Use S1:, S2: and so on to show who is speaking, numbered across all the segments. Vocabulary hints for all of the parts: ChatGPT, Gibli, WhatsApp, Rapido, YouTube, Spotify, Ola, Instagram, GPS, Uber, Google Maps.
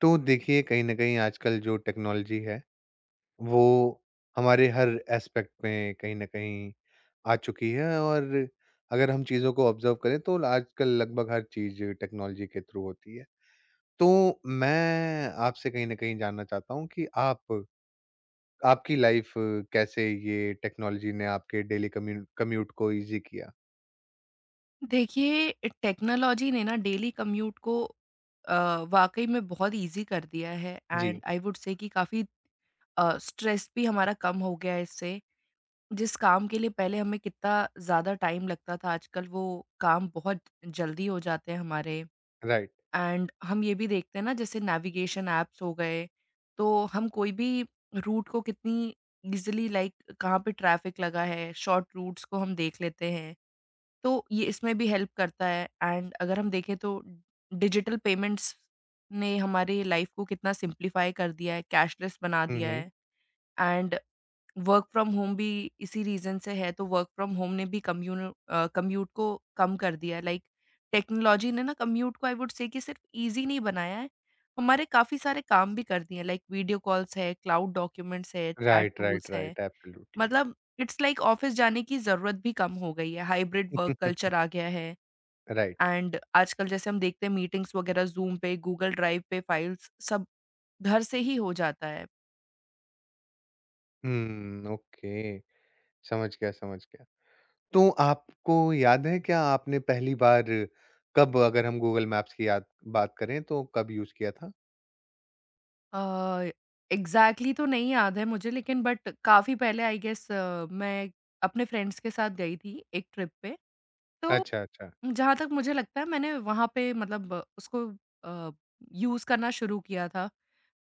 S1: तो देखिए कहीं न कहीं आजकल जो टेक्नोलॉज़ी है, वो हमारे हर एस्पेक्ट में कहीं न कहीं आ चुकी है और अगर हम चीज़ों को ऑब्ज़र्व करें तो आजकल लगभग हर चीज़ टेक्नोलॉज़ी के थ्रू होती है। तो मैं आपसे कहीं न कहीं जानना चाहता हूँ कि आप आपकी लाइफ़ कैसे ये टेक्नोलॉज़ी ने आपके डेली कम्यूट को ईज़ी किया?
S2: देखिए, टेक्नोलॉजी ने ना डेली कम्यूट को अ, वाक़ई में बहुत ईज़ी कर दिया है एंड
S1: जी।
S2: आई वुड से कि काफ़ी स्ट्रेस भी हमारा कम हो गया है इससे। जिस काम के लिए पहले हमें कितना ज़्यादा टाइम लगता था, आजकल वो काम बहुत जल्दी हो जाते हैं हमारे।
S1: राइट।
S2: एंड हम ये भी देखते हैं ना, जैसे नेविगेशन ऐप्स हो गए, तो हम कोई भी रूट को कितनी ईज़िली, लाइक कहाँ पे ट्रैफ़िक लगा है, शॉर्ट रूट्स को हम देख लेते हैं। तो ये इसमें भी हेल्प करता है एंड अगर हम देखें तो डिजिटल पेमेंट्स ने हमारी लाइफ को कितना सिंपलीफाई कर दिया है, कैशलेस बना
S1: हुँ,
S2: दिया
S1: हुँ।
S2: है। एंड वर्क फ्रॉम होम भी इसी रीज़न से है, तो वर्क फ्रॉम होम ने भी कम्यूट को कम कर दिया है। लाइक टेक्नोलॉजी ने ना कम्यूट को आई वुड से कि सिर्फ ईज़ी नहीं बनाया है, हमारे काफ़ी सारे काम भी कर दिए हैं, लाइक वीडियो कॉल्स है, क्लाउड डॉक्यूमेंट्स है, चैट
S1: राइट, राइट,
S2: टूल्स है।
S1: Right, absolutely.
S2: मतलब इट्स लाइक ऑफ़िस जाने की ज़रूरत भी कम हो गई है, हाइब्रिड वर्क कल्चर आ गया है।
S1: राइट।
S2: एंड आजकल जैसे हम देखते हैं मीटिंग्स वगैरह ज़ूम पे, गूगल ड्राइव पे फाइल्स सब घर से ही हो जाता है।
S1: हुँ, ओके। समझ गया, समझ गया। तो आपको याद है क्या आपने पहली बार कब अगर हम गूगल मैप्स की याद बात करें तो कब यूज़ किया था?
S2: अ, एग्ज़ैक्टली तो नहीं याद है मुझे, लेकिन बट काफ़ी पहले, आई गेस, मैं अपने फ्रेंड्स के साथ गई थी एक ट्रिप पे। तो
S1: अच्छा, अच्छा।
S2: जहाँ तक मुझे लगता है मैंने वहाँ पे मतलब उसको यूज़ करना शुरू किया था।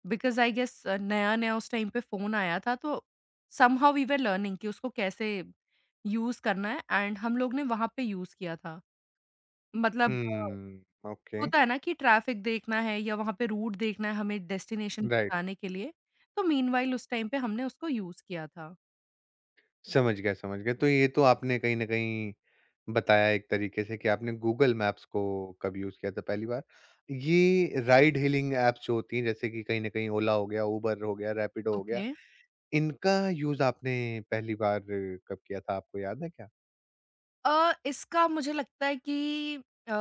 S2: बिकॉज़ आई गेस नया-नया उस टाइम पे फ़ोन आया था, तो समहाउ वी वर लर्निंग कि उसको कैसे यूज़ करना है एंड हम लोग ने वहाँ पे यूज़ किया था। मतलब
S1: हुँ, ओके,
S2: होता है ना कि ट्रैफ़िक देखना है या वहाँ पे रूट देखना है हमें डेस्टिनेशन
S1: राइट।
S2: पे जाने के लिए, तो मीनवाइल उस टाइम पे हमने उसको यूज़ किया था।
S1: समझ गया, समझ गया। तो ये तो आपने कहीं न कहीं बताया एक तरीके से कि आपने गूगल मैप्स को कब यूज़ किया था पहली बार। ये राइड हीलिंग ऐप्स जो होती हैं जैसे कि कहीं न कहीं ओला हो गया, उबर हो गया, रैपिडो हो गया,
S2: ओके।
S1: इनका यूज़ आपने पहली बार कब किया था आपको याद है क्या?
S2: इसका मुझे लगता है कि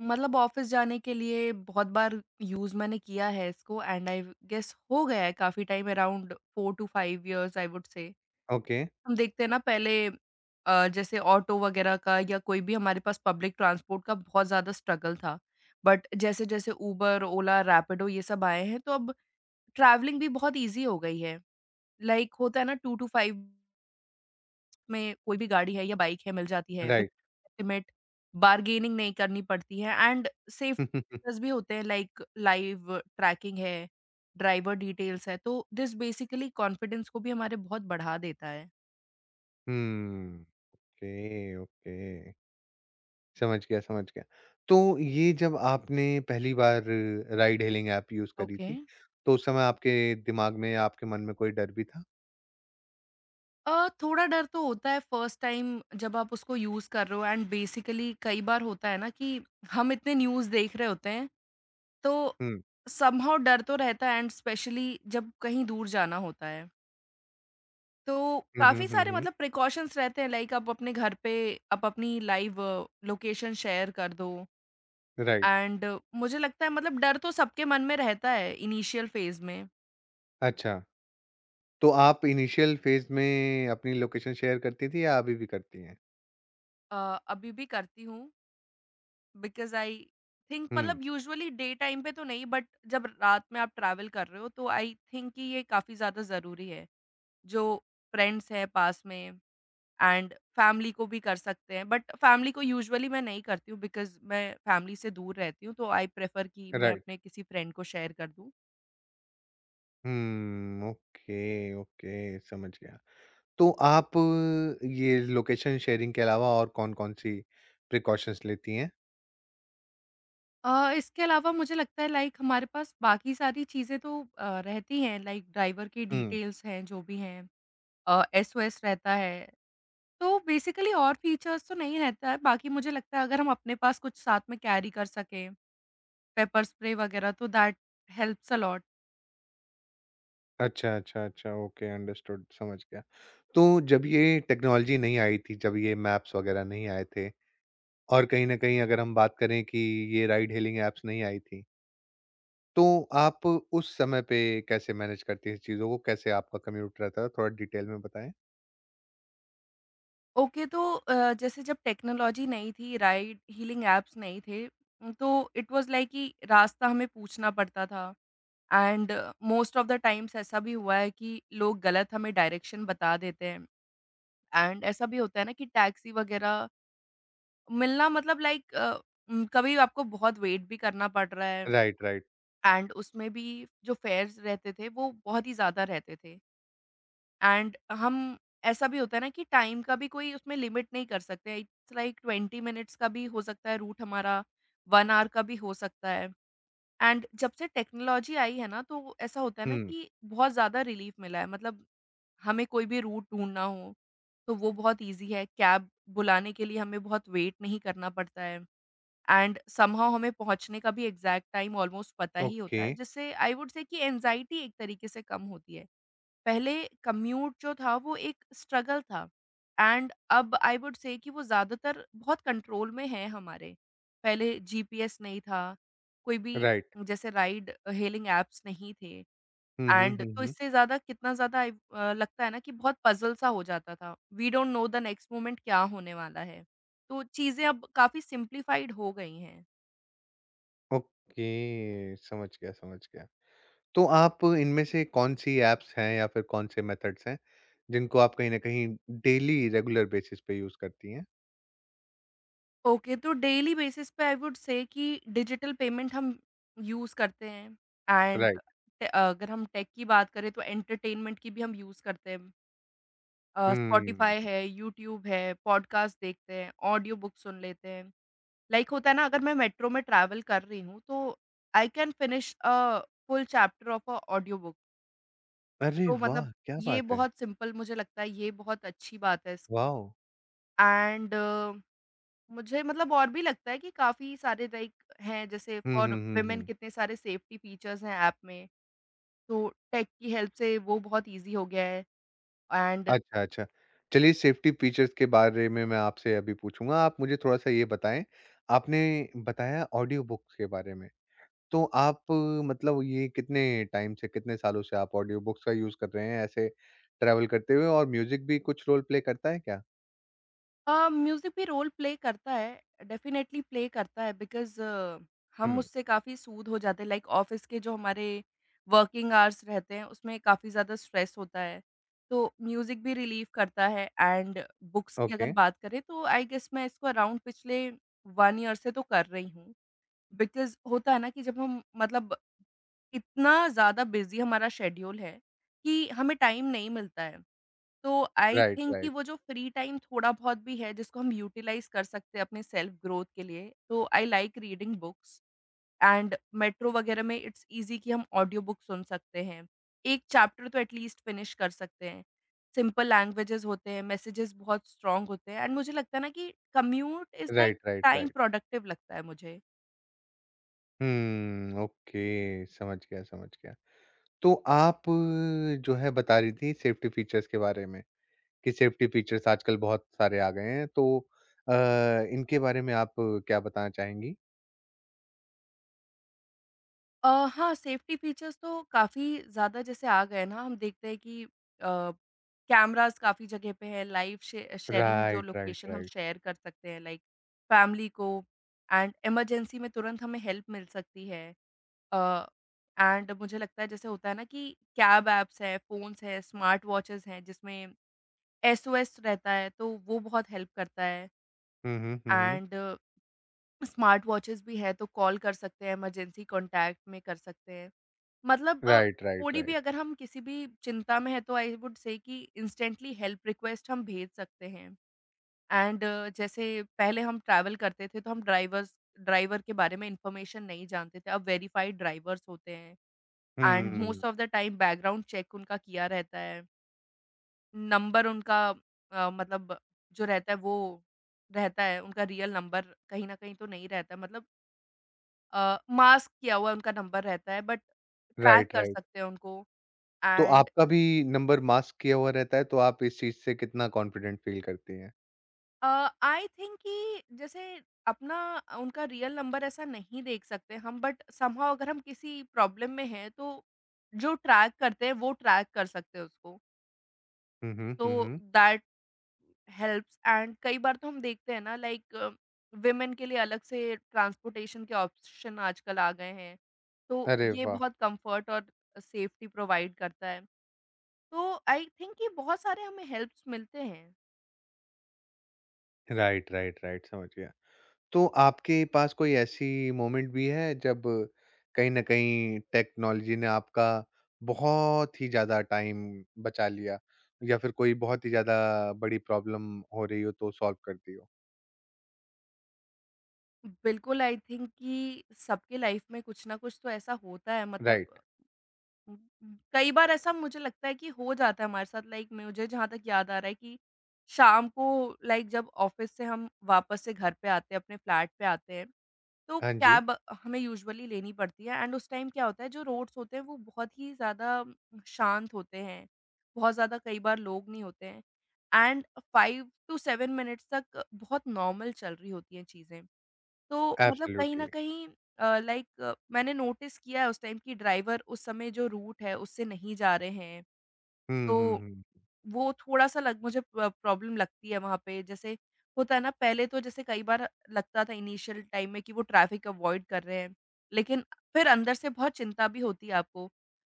S2: मतलब ऑफ़िस जाने के लिए बहुत बार यूज़ मैंने किया है इसको एंड आई गेस हो गया है काफ़ी time, around 4 two 5 years, I would say.
S1: Okay,
S2: हम देखते हैं ना पहले जैसे ऑटो वगैरह का या कोई भी हमारे पास पब्लिक ट्रांसपोर्ट का बहुत ज़्यादा स्ट्रगल था। बट जैसे-जैसे उबर, ओला, रैपिडो ये सब आए हैं तो अब ट्रैवलिंग भी बहुत ईज़ी हो गई है। लाइक होता है ना, 2 टू 5 में कोई भी गाड़ी है या बाइक है मिल जाती है, विथ
S1: राइट।
S2: एस्टीमेट। बार्गेनिंग नहीं करनी पड़ती है एंड सेफ
S1: हुँ, हुँ, हुँ।
S2: फीचर्स भी होते हैं, लाइक लाइव ट्रैकिंग है, ड्राइवर डिटेल्स है, तो दिस बेसिकली कॉन्फिडेंस को भी हमारे बहुत बढ़ा देता है।
S1: हुँ। Okay, okay. समझ गया, समझ गया। तो ये जब आपने पहली बार राइड हेलिंग ऐप यूज़ करी
S2: ओके।
S1: थी, तो उस समय आपके दिमाग में या आपके मन में कोई डर भी था?
S2: थोड़ा डर तो होता है फर्स्ट टाइम जब आप उसको यूज़ कर रहे हो, एंड बेसिकली कई बार होता है ना कि हम इतने न्यूज़ देख रहे होते हैं, तो
S1: हुँ।
S2: समहाउ डर तो रहता है, एंड स्पेशली जब कहीं दूर जाना होता है। तो
S1: हुँ, हुँ,
S2: काफ़ी
S1: हुँ,
S2: सारे
S1: हुँ।
S2: मतलब प्रिकॉशंस रहते हैं, लाइक आप अपने घर पे आप अपनी लाइव लोकेशन शेयर कर दो,
S1: राइट।
S2: एंड मुझे लगता है, मतलब डर तो सबके मन में रहता है इनिशियल फेज़ में।
S1: अच्छा, तो आप इनिशियल फ़ेज़ में अपनी लोकेशन शेयर करती थी या अभी भी करती हैं?
S2: अ, अभी भी करती हूँ। बिकॉज़ आई थिंक,
S1: हुँ,
S2: मतलब यूजुअली डे टाइम पे तो नहीं, बट जब रात में आप ट्रैवल कर रहे हो तो आई थिंक कि ये काफ़ी ज़्यादा ज़रूरी है। जो फ्रेंड्स हैं पास में एंड फैमिली को भी कर सकते हैं, बट फैमिली को यूजुअली मैं नहीं करती हूँ, बिकॉज़ मैं फैमिली से दूर रहती हूँ, तो आई प्रेफ़र कि मैं
S1: राइट।
S2: अपने किसी फ्रेंड को शेयर कर दूँ।
S1: हुँ, ओके, ओके, समझ गया। तो आप ये लोकेशन शेयरिंग के अलावा और कौन-कौन सी प्रिकॉशंस लेती हैं?
S2: इसके अलावा मुझे लगता है लाइक हमारे पास बाकी सारी चीज़ें तो रहती हैं, लाइक ड्राइवर की
S1: हुँ।
S2: डिटेल्स हैं जो भी हैं। एसओएस रहता है। तो बेसिकली और फीचर्स तो नहीं रहता है, बाकी मुझे लगता है अगर हम अपने पास कुछ साथ में कैरी कर सकें, पेपर स्प्रे वगैरह, तो दैट हेल्प्स अ लॉट।
S1: अच्छा, अच्छा, अच्छा। ओके, अंडरस्टूड, समझ गया। तो जब ये टेक्नोलॉजी नहीं आई थी, जब ये मैप्स वगैरह नहीं आए थे और कहीं न कहीं अगर हम बात करें कि ये राइड हेलिंग ऐप्स नहीं आई थी, तो आप उस समय पे कैसे मैनेज करती थी चीज़ों को? कैसे आपका कम्यूट रहता था? थोड़ा डिटेल में बताएँ।
S2: ओके, तो जैसे जब टेक्नोलॉजी नहीं थी, राइड हीलिंग ऐप्स नहीं थे, तो इट वाज़ लाइक कि रास्ता हमें पूछना पड़ता था, and most of the times ऐसा भी हुआ है कि लोग गलत हमें डायरेक्शन बता देते हैं, एंड ऐसा भी होता है ना कि टैक्सी वगैरह मिलना, मतलब लाइक कभी आपको बहुत वेट भी करना पड़ रहा है।
S1: Right, right.
S2: एंड उसमें भी जो फेयर्स रहते थे वो बहुत ही ज़्यादा रहते थे, एंड हम ऐसा भी होता है ना कि टाइम का भी कोई उसमें लिमिट नहीं कर सकते, इट्स लाइक 20 मिनट्स का भी हो सकता है रूट हमारा, 1 आवर का भी हो सकता है। एंड जब से टेक्नोलॉजी आई है ना, तो ऐसा होता है ना
S1: हुँ,
S2: कि बहुत ज़्यादा रिलीफ मिला है, मतलब हमें कोई भी रूट ढूंढना हो तो वो बहुत इजी है, कैब बुलाने के लिए हमें बहुत वेट नहीं करना पड़ता है, एंड समहाउ हमें पहुँचने का भी एग्ज़ैक्ट टाइम ऑलमोस्ट पता ही
S1: ओके,
S2: होता है, जिससे आई वुड से कि एंग्ज़ायटी एक तरीके से कम होती है। पहले कम्यूट जो था वो एक स्ट्रगल था, एंड अब आई वुड से कि वो ज़्यादातर बहुत कंट्रोल में है हमारे। पहले जीपीएस नहीं था, कोई भी
S1: राइट।
S2: जैसे राइड हेलिंग ऐप्स नहीं थे,
S1: हुँ, हुँ,
S2: एंड
S1: हुँ,
S2: तो
S1: हुँ।
S2: इससे ज़्यादा कितना ज़्यादा आई लगता है ना कि बहुत पज़ल सा हो जाता था। We don't know the next moment क्या होने वाला है। तो चीज़ें अब काफ़ी सिम्प्लिफाइड हो गई हैं।
S1: ओके, समझ गया, समझ गया। तो आप इनमें से कौन-सी ऐप्स हैं या फिर कौन-से मेथड्स हैं, जिनको आप कहीं न कहीं डेली रेगुलर बेसिस पे यूज़ करती हैं?
S2: ओके, तो डेली बेसिस पे आई वुड से कि डिजिटल पेमेंट हम यूज़ करते हैं, एंड
S1: राइट।
S2: अगर हम टेक की बात करें तो एंटरटेनमेंट की भी हम यूज़ करते हैं।
S1: हुँ।
S2: स्पॉटिफाई है, यूट्यूब है, पॉडकास्ट देखते हैं, ऑडियो बुक सुन लेते हैं। लाइक होता है ना, अगर मैं मेट्रो में ट्रैवल कर रही हूँ तो I can finish a full chapter of a audio book.
S1: अरे
S2: तो मतलब
S1: वाह! क्या
S2: ये
S1: बात है।
S2: बहुत सिंपल, मुझे लगता है ये बहुत अच्छी बात है इसकी।
S1: वॉव!
S2: एंड मुझे, मतलब और भी लगता है कि काफ़ी सारे लाइक हैं, जैसे
S1: हुँ,
S2: फॉर
S1: हुँ, हुँ,
S2: वुमेन
S1: हुँ।
S2: कितने सारे सेफ्टी फीचर्स हैं ऐप में, तो टेक की हेल्प से वो बहुत ईज़ी हो गया है। एंड
S1: अच्छा, अच्छा। चलिए सेफ्टी फीचर्स के बारे में मैं आपसे अभी पूछूँगा, आप मुझे थोड़ा-सा ये बताएँ, आपने बताया ऑडियो बुक्स के बारे में, तो आप मतलब ये कितने टाइम से, कितने सालों से आप ऑडियो बुक्स का यूज़ कर रहे हैं ऐसे ट्रैवल करते हुए और म्यूज़िक भी कुछ रोल प्ले करता है क्या?
S2: म्यूज़िक भी रोल प्ले करता है, डेफ़िनेटली प्ले करता है, बिकॉज़ हम
S1: हुँ।
S2: उससे काफ़ी सूद हो जाते हैं, लाइक ऑफ़िस के जो हमारे वर्किंग आवर्स रहते हैं उसमें काफ़ी ज़्यादा स्ट्रेस होता है, तो म्यूज़िक भी रिलीफ़ करता है। एंड बुक्स की अगर
S1: ओके,
S2: बात करें तो आई गेस मैं इसको अराउंड पिछले 1 ईयर से तो कर रही हूँ। बिकॉज़ होता है ना कि जब हम, मतलब इतना ज़्यादा बिज़ी हमारा शेड्यूल है कि हमें टाइम नहीं मिलता है। तो आई
S1: राइट,
S2: थिंक कि
S1: राइट,
S2: वो जो फ्री टाइम थोड़ा-बहुत भी है जिसको हम यूटिलाइज़ कर सकते हैं अपने सेल्फ ग्रोथ के लिए, तो I like reading books, and metro वगैरह में इट्स ईज़ी कि हम ऑडियो बुक सुन सकते हैं। एक चैप्टर तो एटलीस्ट फिनिश कर सकते हैं। सिंपल लैंग्वेजेज़ होते हैं, मैसेजेज़ बहुत स्ट्रॉन्ग होते हैं, एंड मुझे लगता है ना कि commute is like
S1: right, right,
S2: time
S1: right.
S2: Productive लगता है मुझे।
S1: हुँ, ओके, समझ गया, समझ गया। तो आप जो है बता रही थी सेफ्टी फीचर्स के बारे में कि सेफ्टी फीचर्स आजकल बहुत सारे आ गए हैं, तो अ, इनके बारे में आप क्या बताना चाहेंगी?
S2: अ, हाँ, सेफ्टी फीचर्स तो काफ़ी ज़्यादा जैसे आ गए ना, हम देखते हैं कि कैमराज़ काफ़ी जगह पे हैं, लाइव शे शेयरिंग जो
S1: राइट, राइट,
S2: लोकेशन हम
S1: राइट।
S2: शेयर कर सकते हैं लाइक फैमिली को, एंड इमरजेंसी में तुरंत हमें हेल्प मिल सकती है। अ, एंड मुझे लगता है जैसे होता है ना कि कैब ऐप्स हैं, फ़ोन्स हैं, स्मार्ट वॉचेज़ हैं जिसमें एसओएस रहता है, तो वो बहुत हेल्प करता है।
S1: हुँ, हुँ, हुँ, हुँ।
S2: एंड स्मार्ट वॉचेज़ भी हैं, तो कॉल कर सकते हैं, इमरजेंसी कॉन्टैक्ट में कर सकते हैं। मतलब
S1: राइट, राइट,
S2: थोड़ी भी
S1: राइट।
S2: अगर हम किसी भी चिंता में हैं, तो आई वुड से कि इंस्टेंटली हेल्प रिक्वेस्ट हम भेज सकते हैं। एंड जैसे पहले हम ट्रैवल करते थे, तो हम ड्राइवर के बारे में इन्फॉर्मेशन नहीं जानते थे। अब वेरिफाइड ड्राइवर्स होते हैं, and
S1: hmm,
S2: most of the time background check उनका किया रहता है। नंबर उनका मतलब जो रहता है, वो रहता है, उनका रियल नंबर कहीं न कहीं तो नहीं रहता। मतलब मास्क किया हुआ उनका नंबर रहता है, बट ट्रैक
S1: राइट,
S2: कर
S1: राइट।
S2: सकते हैं उनको।
S1: तो
S2: एंड
S1: आपका भी नंबर मास्क किया हुआ रहता है, तो आप इस चीज़ से कितना कॉन्फिडेंट फ़ील करती हैं?
S2: आई थिंक कि जैसे अपना उनका रियल नंबर ऐसा नहीं देख सकते हम, बट समहाउ अगर हम किसी प्रॉब्लम में हैं तो जो ट्रैक करते हैं वो ट्रैक कर सकते हैं उसको।
S1: हुँ, हुँ,
S2: तो
S1: हुँ, हुँ।
S2: दैट हेल्प्स, एंड कई बार तो हम देखते हैं ना लाइक विमेन के लिए अलग से ट्रांसपोर्टेशन के ऑप्शन आजकल आ गए हैं, तो
S1: अरे
S2: ये
S1: वाह!
S2: बहुत कंफर्ट और सेफ्टी प्रोवाइड करता है, तो आई थिंक कि बहुत सारे हमें हेल्प्स मिलते हैं।
S1: राइट, राइट, राइट, समझ गया। तो आपके पास कोई ऐसी मोमेंट भी है जब कहीं न कहीं टेक्नोलॉज़ी ने आपका बहुत ही ज़्यादा टाइम बचा लिया या फिर कोई बहुत ही ज़्यादा बड़ी प्रॉब्लम हो रही हो तो सॉल्व कर दी हो?
S2: बिल्कुल, आई थिंक कि सबके लाइफ में कुछ ना कुछ तो ऐसा होता है, मतलब
S1: राइट।
S2: उम कई बार ऐसा मुझे लगता है कि हो जाता है हमारे साथ, लाइक मुझे जहाँ तक याद आ रहा है कि शाम को, लाइक जब ऑफ़िस से हम वापस से घर पे आते हैं, अपने फ्लैट पे आते हैं तो
S1: हाँ जी,
S2: कैब हमें यूजुअली लेनी पड़ती है, एंड उस टाइम क्या होता है जो रोड्स होते हैं वो बहुत ही ज़्यादा शांत होते हैं। बहुत ज़्यादा कई बार लोग नहीं होते हैं एंड 5 टू 7 मिनट्स तक बहुत नॉर्मल चल रही होती हैं चीज़ें। तो मतलब कहीं न
S1: एब्सोल्युटली।
S2: कहीं लाइक मैंने नोटिस किया है उस टाइम कि ड्राइवर उस समय जो रूट है उससे नहीं जा रहे हैं।
S1: हुँ, हुँ,
S2: तो
S1: हुँ।
S2: वो थोड़ा-सा लग मुझे प्रॉब्लम लगती है वहाँ पे। जैसे होता है ना पहले तो जैसे कई बार लगता था इनिशियल टाइम में कि वो ट्रैफ़िक अवॉइड कर रहे हैं, लेकिन फिर अंदर से बहुत चिंता भी होती है आपको।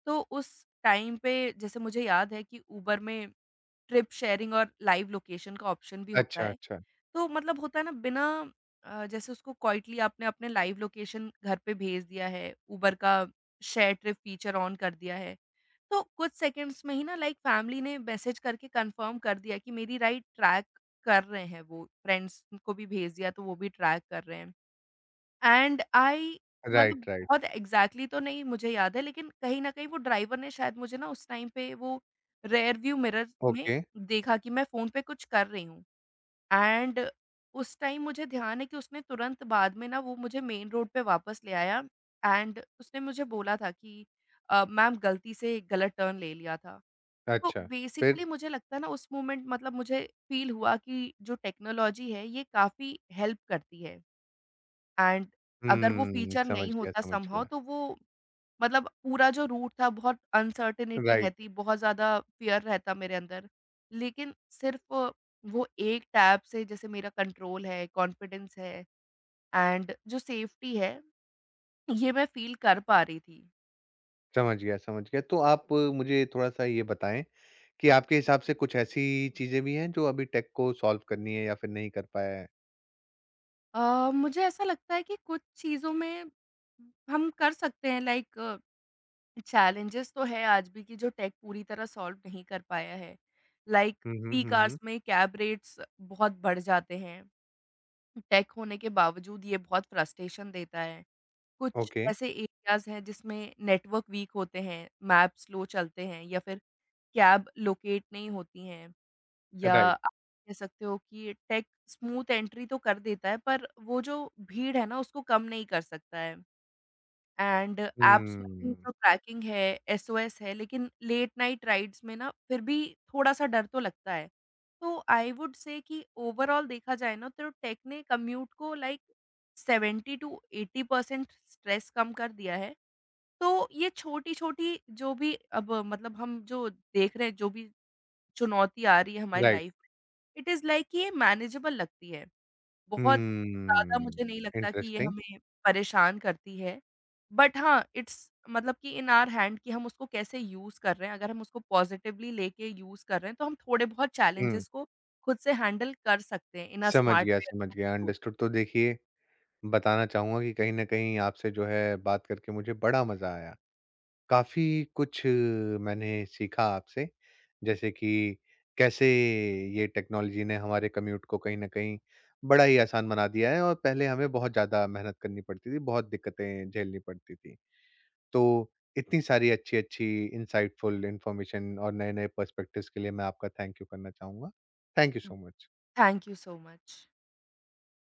S2: तो उस टाइम पे जैसे मुझे याद है कि उबर में ट्रिप शेयरिंग और लाइव लोकेशन का ऑप्शन भी होता
S1: अच्छा,
S2: है।
S1: अच्छा।
S2: तो मतलब होता है ना बिना, जैसे उसको क्वाइटली आपने अपने लाइव लोकेशन घर पे भेज दिया है, उबर का शेयर ट्रिप फीचर ऑन कर दिया है। तो कुछ सेकंड्स में ही ना लाइक फैमिली ने मैसेज करके कंफर्म कर दिया कि मेरी राइड ट्रैक कर रहे हैं वो, फ्रेंड्स को भी भेज दिया तो वो भी ट्रैक कर रहे हैं। एंड आई मतलब
S1: राइट, राइट।
S2: बहुत एग्ज़ैक्टली तो नहीं मुझे याद है, लेकिन कहीं न कहीं वो ड्राइवर ने शायद मुझे ना उस टाइम पे वो रियर व्यू मिरर में
S1: ओके।
S2: देखा कि मैं फ़ोन पे कुछ कर रही हूँ। एंड उस टाइम मुझे ध्यान है कि उसने तुरंत बाद में ना वो मुझे मेन रोड पे वापस ले आया एंड उसने मुझे बोला था कि मैम गलती से गलत टर्न ले लिया था। तो
S1: अच्छा, फिर?
S2: बेसिकली मुझे लगता है ना उस मोमेंट मतलब मुझे फील हुआ कि जो टेक्नोलॉजी है ये काफ़ी हेल्प करती है। एंड अगर वो
S1: हुँ,
S2: फीचर
S1: समझ
S2: नहीं
S1: गया,
S2: होता
S1: समझ
S2: समहाउ
S1: गया।
S2: तो वो मतलब पूरा जो रूट था, बहुत अनसर्टेनिटी
S1: राइट,
S2: रहती, बहुत ज़्यादा फ़ियर रहता मेरे अंदर। लेकिन सिर्फ़ वो एक टैब से जैसे मेरा कंट्रोल है, कॉन्फिडेंस है एंड जो सेफ्टी है, ये मैं फील कर पा रही थी।
S1: समझ गया, समझ गया। तो आप मुझे थोड़ा-सा ये बताएँ कि आपके हिसाब से कुछ ऐसी चीज़ें भी हैं जो अभी टेक को सॉल्व करनी है या फिर नहीं कर पाया है?
S2: मुझे ऐसा लगता है कि कुछ चीज़ों में हम कर सकते हैं, लाइक चैलेंजेस तो है आज भी कि जो टेक पूरी तरह सॉल्व नहीं कर पाया है। Like
S1: hmm, hmm,
S2: peak
S1: hmm, hmm.
S2: Hours में कैब रेट्स बहुत बढ़ जाते हैं। टेक होने के बावजूद ये बहुत फ्रस्ट्रेशन देता है। कुछ
S1: ओके,
S2: ऐसे एरियाज़ हैं जिसमें नेटवर्क वीक होते हैं, मैप स्लो चलते हैं, या फिर कैब लोकेट नहीं होती हैं, या
S1: राइट।
S2: आप कह सकते हो कि टेक स्मूथ एंट्री तो कर देता है पर वो जो भीड़ है ना उसको कम नहीं कर सकता है। एंड ऐप्स में भी
S1: हुँ,
S2: जो ट्रैकिंग है, एसओएस है, लेकिन लेट नाइट राइड्स में ना फिर भी थोड़ा-सा डर तो लगता है। तो आई वुड से कि ओवरऑल देखा जाए ना तो टेक ने कम्यूट को लाइक 70 टू 80% स्ट्रेस कम कर दिया है। तो ये छोटी-छोटी जो भी, अब मतलब हम जो देख रहे हैं, जो भी चुनौती आ रही है हमारी
S1: राइट।
S2: लाइफ में, इट इज़ लाइक कि ये मैनेजेबल लगती है। बहुत ज़्यादा
S1: हुँ,
S2: मुझे नहीं लगता कि ये
S1: इंटरेस्टिंग।
S2: हमें परेशान करती है। बट हाँ, इट्स मतलब कि इन आवर हैंड कि हम उसको कैसे यूज़ कर रहे हैं। अगर हम उसको पॉज़िटिवली लेके यूज़ कर रहे हैं, तो हम थोड़े-बहुत
S1: हुँ,
S2: चैलेंजेज़ को खुद से हैंडल कर सकते हैं इन अ स्मार्ट वे
S1: समझ
S2: अगर हम
S1: गया,
S2: सोचें।
S1: अंडरस्टूड। तो देखिए, बताना चाहूँगा कि कहीं न कहीं आपसे जो है बात करके मुझे बड़ा मज़ा आया। काफ़ी कुछ मैंने सीखा आपसे, जैसे कि कैसे ये टेक्नोलॉजी ने हमारे कम्यूट को कहीं न कहीं बड़ा ही आसान बना दिया है और पहले हमें बहुत ज़्यादा मेहनत करनी पड़ती थी, बहुत दिक्कतें झेलनी पड़ती थी। तो इतनी सारी अच्छी-अच्छी इनसाइटफुल इन्फॉर्मेशन और नए-नए पर्सपेक्टिव्स के लिए मैं आपका थैंक यू करना चाहूँगा। Thank you so much.
S2: Thank you so much.